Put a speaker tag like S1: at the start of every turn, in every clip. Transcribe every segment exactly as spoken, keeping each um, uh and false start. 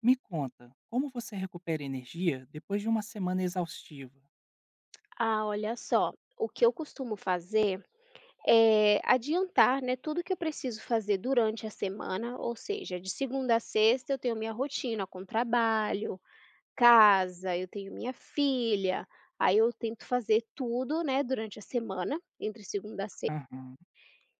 S1: Me conta, como você recupera energia depois de uma semana exaustiva?
S2: Ah, olha só, o que eu costumo fazer é adiantar, né, tudo que eu preciso fazer durante a semana, ou seja, de segunda a sexta eu tenho minha rotina com trabalho, casa, eu tenho minha filha, aí eu tento fazer tudo, né, durante a semana, entre segunda a sexta.
S1: Aham,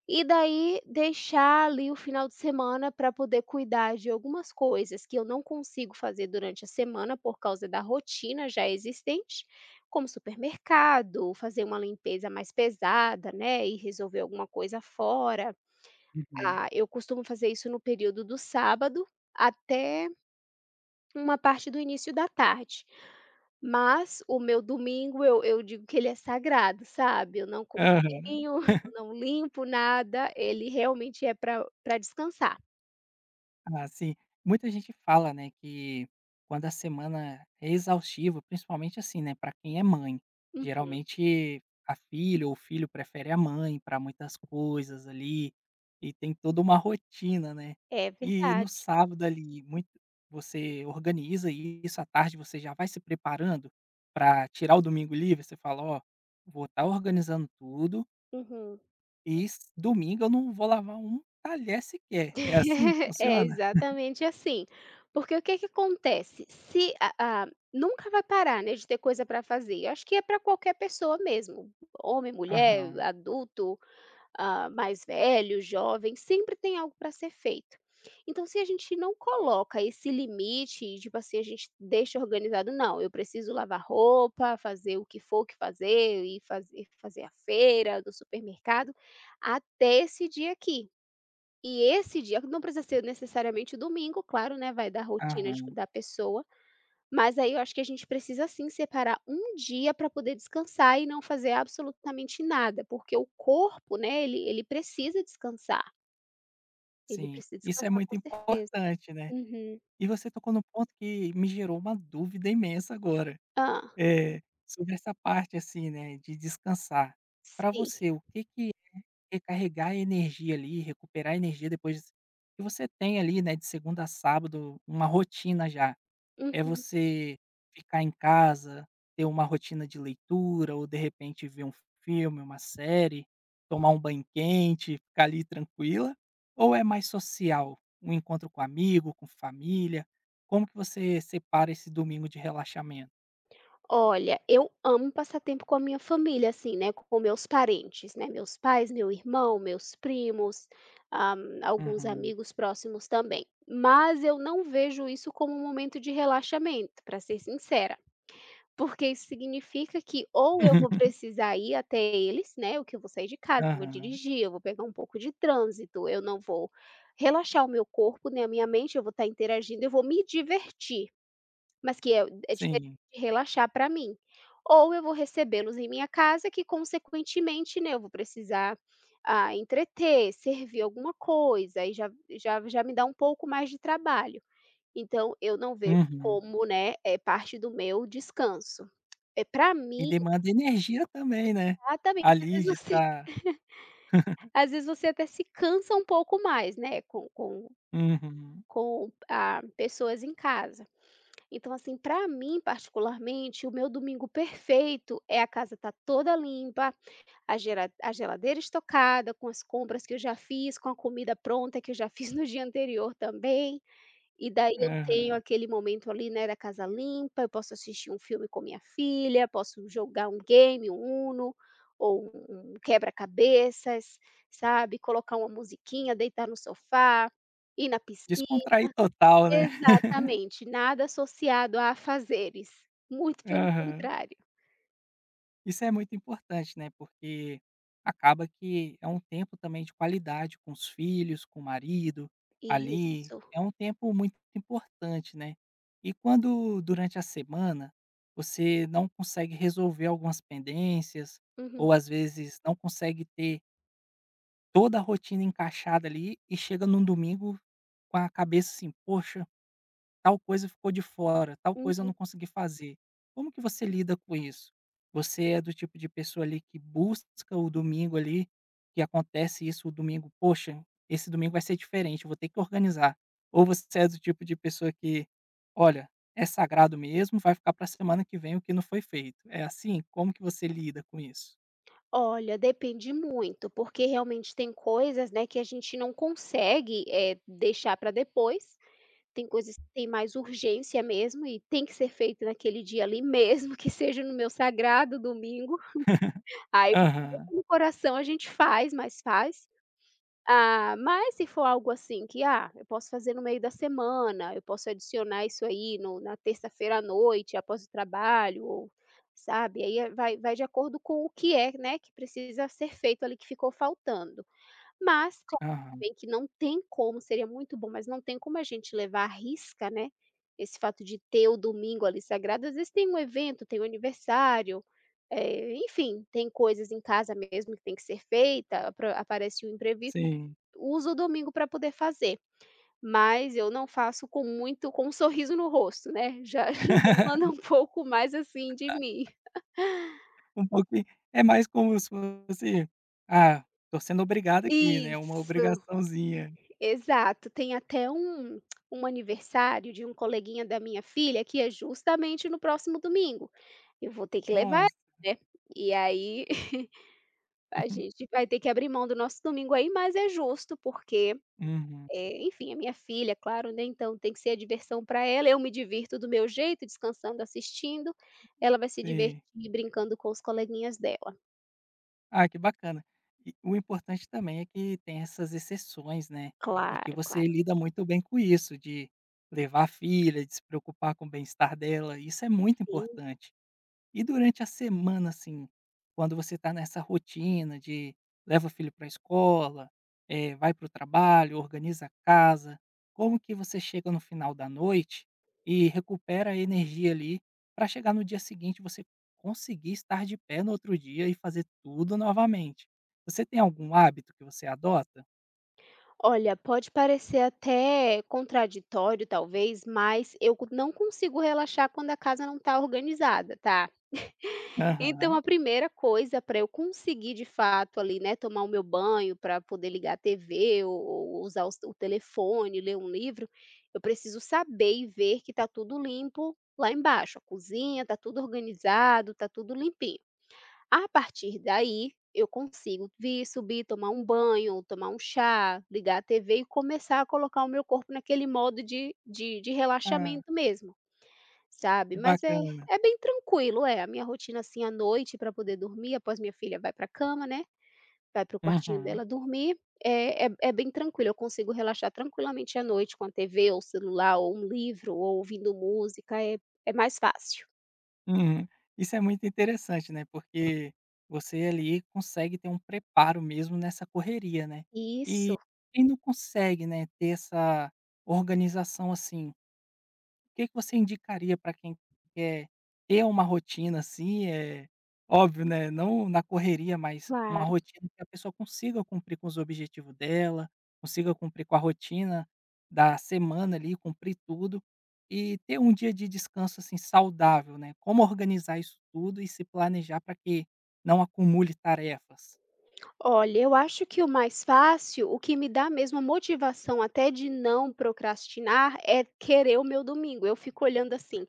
S2: E daí deixar ali o final de semana para poder cuidar de algumas coisas que eu não consigo fazer durante a semana por causa da rotina já existente, como supermercado, fazer uma limpeza mais pesada, né, e resolver alguma coisa fora.
S1: uhum.
S2: Ah, eu costumo fazer isso no período do sábado até uma parte do início da tarde. Mas o meu domingo eu eu digo que ele é sagrado, sabe, eu não
S1: Aham.
S2: cozinho, eu não limpo nada, ele realmente é para para descansar.
S1: Ah, sim. Muita gente fala, né, que quando a semana é exaustiva, principalmente assim, né, para quem é mãe,
S2: Uhum.
S1: geralmente a filha ou o filho prefere a mãe para muitas coisas ali e tem toda uma rotina, né?
S2: É
S1: E no
S2: verdade.
S1: sábado ali, muito você organiza isso à tarde, você já vai se preparando para tirar o domingo livre, você fala, ó, vou estar organizando tudo
S2: Uhum.
S1: e s- domingo eu não vou lavar um talher sequer. É assim que
S2: É
S1: funciona?
S2: exatamente assim. Porque o que que acontece, se a a nunca vai parar, né, de ter coisa para fazer, eu acho que é para qualquer pessoa mesmo, homem, mulher,
S1: Aham.
S2: adulto. Ah, mais velho, jovem, sempre tem algo para ser feito. Então, se a gente não coloca esse limite, tipo assim, a gente deixa organizado, não, eu preciso lavar roupa, fazer o que for que fazer, e fazer, fazer a feira do supermercado, até esse dia aqui. E esse dia, não precisa ser necessariamente o domingo, claro, né? Vai da rotina de-
S1: Aham,
S2: da pessoa, mas aí eu acho que a gente precisa sim separar um dia para poder descansar e não fazer absolutamente nada, porque o corpo, né, ele ele precisa descansar, ele
S1: sim.
S2: precisa
S1: Isso é
S2: descansar com
S1: muito
S2: certeza.
S1: importante, né.
S2: Uhum.
S1: E você tocou no ponto que me gerou uma dúvida imensa agora,
S2: Hã.
S1: eh, sobre essa parte, assim, né, de descansar. Para
S2: Sim.
S1: você, o que que é recarregar a energia ali, recuperar a energia depois que você tem ali, né, de segunda a sábado, uma rotina já. É
S2: Uhum.
S1: você ficar em casa, ter uma rotina de leitura ou de repente ver um filme, uma série, tomar um banho quente, ficar ali tranquila? Ou é mais social, um encontro com amigo, com família? Como que você separa esse domingo de relaxamento?
S2: Olha, eu amo passar tempo com a minha família, assim, né, com meus parentes, né, meus pais, meu irmão, meus primos, ah, alguns
S1: Uhum.
S2: amigos próximos também. Mas eu não vejo isso como um momento de relaxamento, para ser sincera. Porque isso significa que ou eu vou precisar ir até eles, né, o que eu vou sair de casa, eu vou
S1: Aham.
S2: dirigir, eu vou pegar um pouco de trânsito, eu não vou relaxar o meu corpo, nem a minha mente, eu vou estar interagindo, eu vou me divertir, mas que é é diferente
S1: Sim.
S2: de relaxar para mim. Ou eu vou recebê-los em minha casa que consequentemente, né, eu vou precisar, ah, entreter, servir alguma coisa, e já já já me dá um pouco mais de trabalho. Então eu não vejo
S1: Uhum.
S2: como, né, é parte do meu descanso. É para
S1: E
S2: mim.
S1: demanda energia também, né,
S2: Exatamente, às
S1: ali de
S2: vezes você
S1: estar.
S2: às vezes você até se cansa um pouco mais, né, com com
S1: Uhum.
S2: com, ah, pessoas em casa. Então assim, para mim particularmente, o meu domingo perfeito é a casa tá toda limpa, a gera a geladeira estocada, com as compras que eu já fiz, com a comida pronta que eu já fiz no dia anterior também. E daí eu tenho
S1: Aham.
S2: aquele momento ali, né, da casa limpa, eu posso assistir um filme com minha filha, posso jogar um game, um Uno, ou um um quebra-cabeças, sabe, colocar uma musiquinha, deitar no sofá, ir na piscina.
S1: Descontrair total, né?
S2: Exatamente, nada associado a afazeres, muito pelo
S1: Aham.
S2: contrário.
S1: Isso é muito importante, né, porque acaba que é um tempo também de qualidade com os filhos, com o marido, ali,
S2: Isso.
S1: é um tempo muito importante, né. E quando durante a semana você não consegue resolver algumas pendências,
S2: Uhum,
S1: ou às vezes não consegue ter toda a rotina encaixada ali e chega num domingo com a cabeça assim: "Poxa, tal coisa ficou de fora, tal coisa eu
S2: uhum.
S1: não consegui fazer. Como que você lida com isso? Você é do tipo de pessoa ali que busca o domingo ali, que acontece isso o domingo, poxa, esse domingo vai ser diferente, eu vou ter que organizar. Ou você é do tipo de pessoa que, olha, é sagrado mesmo, vai ficar para a semana que vem o que não foi feito. É assim? Como que você lida com isso?"
S2: Olha, depende muito, porque realmente tem coisas, né, que a gente não consegue, eh, deixar para depois. Tem coisas que têm mais urgência mesmo e tem que ser feito naquele dia ali mesmo, que seja no meu sagrado domingo, aí
S1: Aham,
S2: no coração a gente faz, mas faz. Ah, mas se for algo assim que, ah, eu posso fazer no meio da semana, eu posso adicionar isso aí no na terça-feira à noite, após o trabalho ou sabe, aí é- vai, vai de acordo com o que é, né, que precisa ser feito ali, que ficou faltando. Mas, claro,
S1: aham,
S2: bem que não tem como, seria muito bom, mas não tem como a gente levar à risca, né, esse fato de ter o domingo ali sagrado. Às vezes tem um evento, tem um aniversário, eh, enfim, tem coisas em casa mesmo que tem que ser feita, apro aparece o imprevisto,
S1: sim.
S2: usa o domingo para poder fazer. Mas eu não faço com muito com um sorriso no rosto, né, já já demanda um pouco mais, assim, de mim.
S1: Um pouquinho é mais como se fosse: "Ah, tô sendo obrigado aqui, né, uma
S2: Isso.
S1: obrigaçãozinha".
S2: Exato, tem até um um aniversário de um coleguinha da minha filha que é justamente no próximo domingo. Eu vou ter que levar
S1: Nossa.
S2: ela, né, e aí a gente vai ter que abrir mão do nosso domingo aí, mas é justo porque,
S1: Uhum,
S2: eh, enfim, é minha filha, claro, né, então tem que ser a diversão para ela, eu me divirto do meu jeito, descansando, assistindo, ela vai se divertir
S1: sim.
S2: brincando com os coleguinhas dela.
S1: Ah, que bacana. E o importante também é que tem essas exceções, né, e que
S2: Claro,
S1: você
S2: claro.
S1: lida muito bem com isso, de levar a filha, de se preocupar com o bem-estar dela, isso é muito importante. E durante a semana, assim, quando você está nessa rotina de leva o filho para a escola, eh, vai para o trabalho, organiza a casa, como que você chega no final da noite e recupera a energia ali para chegar no dia seguinte você conseguir estar de pé no outro dia e fazer tudo novamente. Você tem algum hábito que você adota?
S2: Olha, pode parecer até contraditório, talvez, mas eu co- não consigo relaxar quando a casa não está organizada, tá? Então,
S1: Aham.
S2: a primeira coisa para eu conseguir de fato ali, né, tomar o meu banho, para poder ligar a T V ou, ou usar os- o, telefone, ler um livro, eu preciso saber e ver que está tudo limpo lá embaixo. A cozinha está tudo organizado, está tudo limpinho. A partir daí, eu consigo vir, subir, tomar um banho, tomar um chá, ligar a T V e começar a colocar o meu corpo naquele modo de de de
S1: Ah,
S2: relaxamento mesmo, sabe.
S1: que
S2: Mas é
S1: bacana.
S2: é bem tranquilo, é. A minha rotina, assim, à noite para poder dormir, após minha filha vai para a cama, né, vai para o quartinho
S1: Uhum.
S2: dela dormir, é é é bem tranquilo, eu consigo relaxar tranquilamente à noite com a T V ou celular ou um livro ou ouvindo música, é é mais fácil.
S1: Uhum. Isso é muito interessante, né, porque você ali consegue ter um preparo mesmo nessa correria, né. E
S2: Isso,
S1: quem não consegue, né, ter essa organização assim que que você indicaria para quem quer ter uma rotina, assim, é óbvio, né, não na correria, mas uma
S2: claro.
S1: rotina que a pessoa consiga cumprir com os objetivo dela, consiga cumprir com a rotina da semana ali, cumprir tudo e ter um dia de descanso, assim, saudável, né. Como organizar isso tudo e se planejar para que não acumule tarefas?
S2: Olha, eu acho que o mais fácil, o que me dá mesmo motivação até de não procrastinar, é querer o meu domingo. Eu fico olhando assim,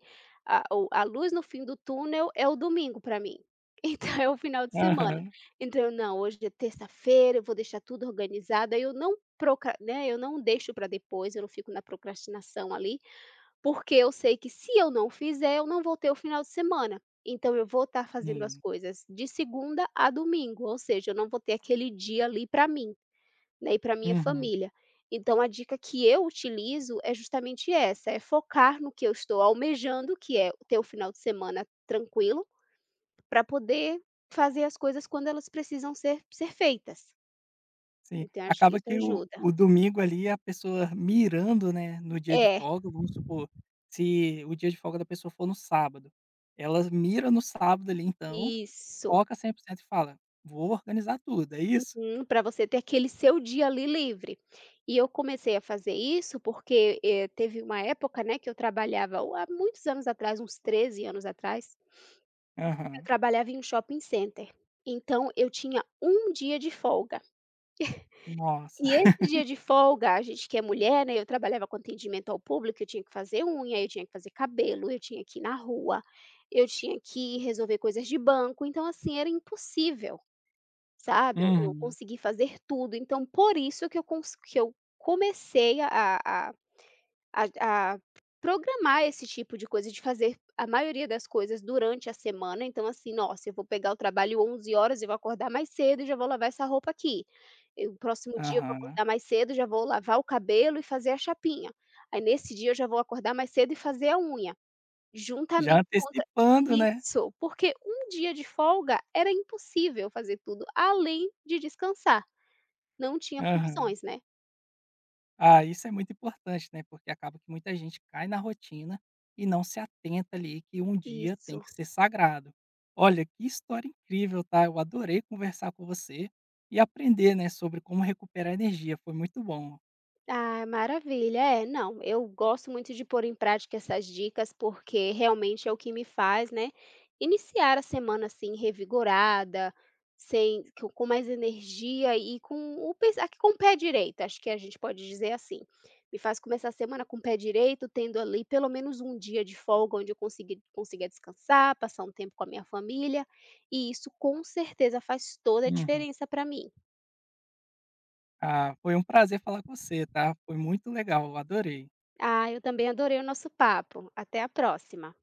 S2: a, o- a luz no fim do túnel é o domingo para mim. Então é o final de semana.
S1: Aham.
S2: Então, eu, não, hoje é terça-feira, eu vou deixar tudo organizado. Aí eu não procra, né? Eu não deixo para depois, eu não fico na procrastinação ali porque eu sei que se eu não fizer, eu não vou ter o final de semana. Então eu vou estar fazendo as
S1: Sim.
S2: coisas de segunda a domingo, ou seja, eu não vou ter aquele dia ali para mim, né, e para minha
S1: Uhum.
S2: família. Então a dica que eu utilizo é justamente essa, é focar no que eu estou almejando, que é ter o final de semana tranquilo, para poder fazer as coisas quando elas precisam ser ser feitas.
S1: Sim,
S2: Então acho que
S1: acaba
S2: isso
S1: que o
S2: ajuda.
S1: o domingo ali a pessoa mirando, né, no dia de
S2: É,
S1: folga, vamos supor, se o dia de folga da pessoa for no sábado, ela mira no sábado ali então,
S2: isso.
S1: foca cem por cento e fala: "Vou organizar tudo", é isso?
S2: Hum, pra você ter aquele seu dia ali livre. E eu comecei a fazer isso porque, eh, teve uma época, né, que eu trabalhava o há muitos anos atrás, uns treze anos atrás, eu
S1: Aham.
S2: trabalhava em um shopping center. Então eu tinha um dia de folga.
S1: Nossa.
S2: E esse dia de folga, a gente que é mulher, né, eu trabalhava com atendimento ao público, eu tinha que fazer unha, eu tinha que fazer cabelo, eu tinha que ir na rua, eu tinha que resolver coisas de banco, então assim, era impossível. Sabe, eu eu
S1: Uhum.
S2: consegui fazer tudo, então por isso que eu cons que eu comecei a a a a programar esse tipo de coisa, de fazer a maioria das coisas durante a semana, então assim: "Nossa, eu vou pegar o trabalho onze horas, eu vou acordar mais cedo e já vou lavar essa roupa aqui. E o próximo dia eu vou
S1: Aham.
S2: acordar mais cedo, já vou lavar o cabelo e fazer a chapinha. Aí nesse dia eu já vou acordar mais cedo e fazer a unha".
S1: Já
S2: Juntamente contra
S1: antecipando, né?
S2: isso, porque um dia de folga era impossível fazer tudo, além de descansar, não tinha
S1: Aham.
S2: condições, né.
S1: Ah, isso é muito importante, né, porque acaba que muita gente cai na rotina e não se atenta ali que um dia tem
S2: Isso.
S1: que ser sagrado. Olha, que história incrível, tá? Eu adorei conversar com você e aprender, né, sobre como recuperar energia. Foi muito bom.
S2: Ah, maravilha. É, não, eu gosto muito de pôr em prática essas dicas, porque realmente é o que me faz, né, iniciar a semana assim revigorada, sem com com mais energia e com o pes- ah, com o pé direito, acho que a gente pode dizer assim. Me faz começar a semana com o pé direito, tendo ali pelo menos um dia de folga onde eu consegui, consiga descansar, passar um tempo com a minha família, e isso com certeza faz toda a
S1: Uhum.
S2: diferença para mim.
S1: Ah, foi um prazer falar com você, tá? Foi muito legal, eu adorei.
S2: Ah, eu também adorei o nosso papo. Até a próxima.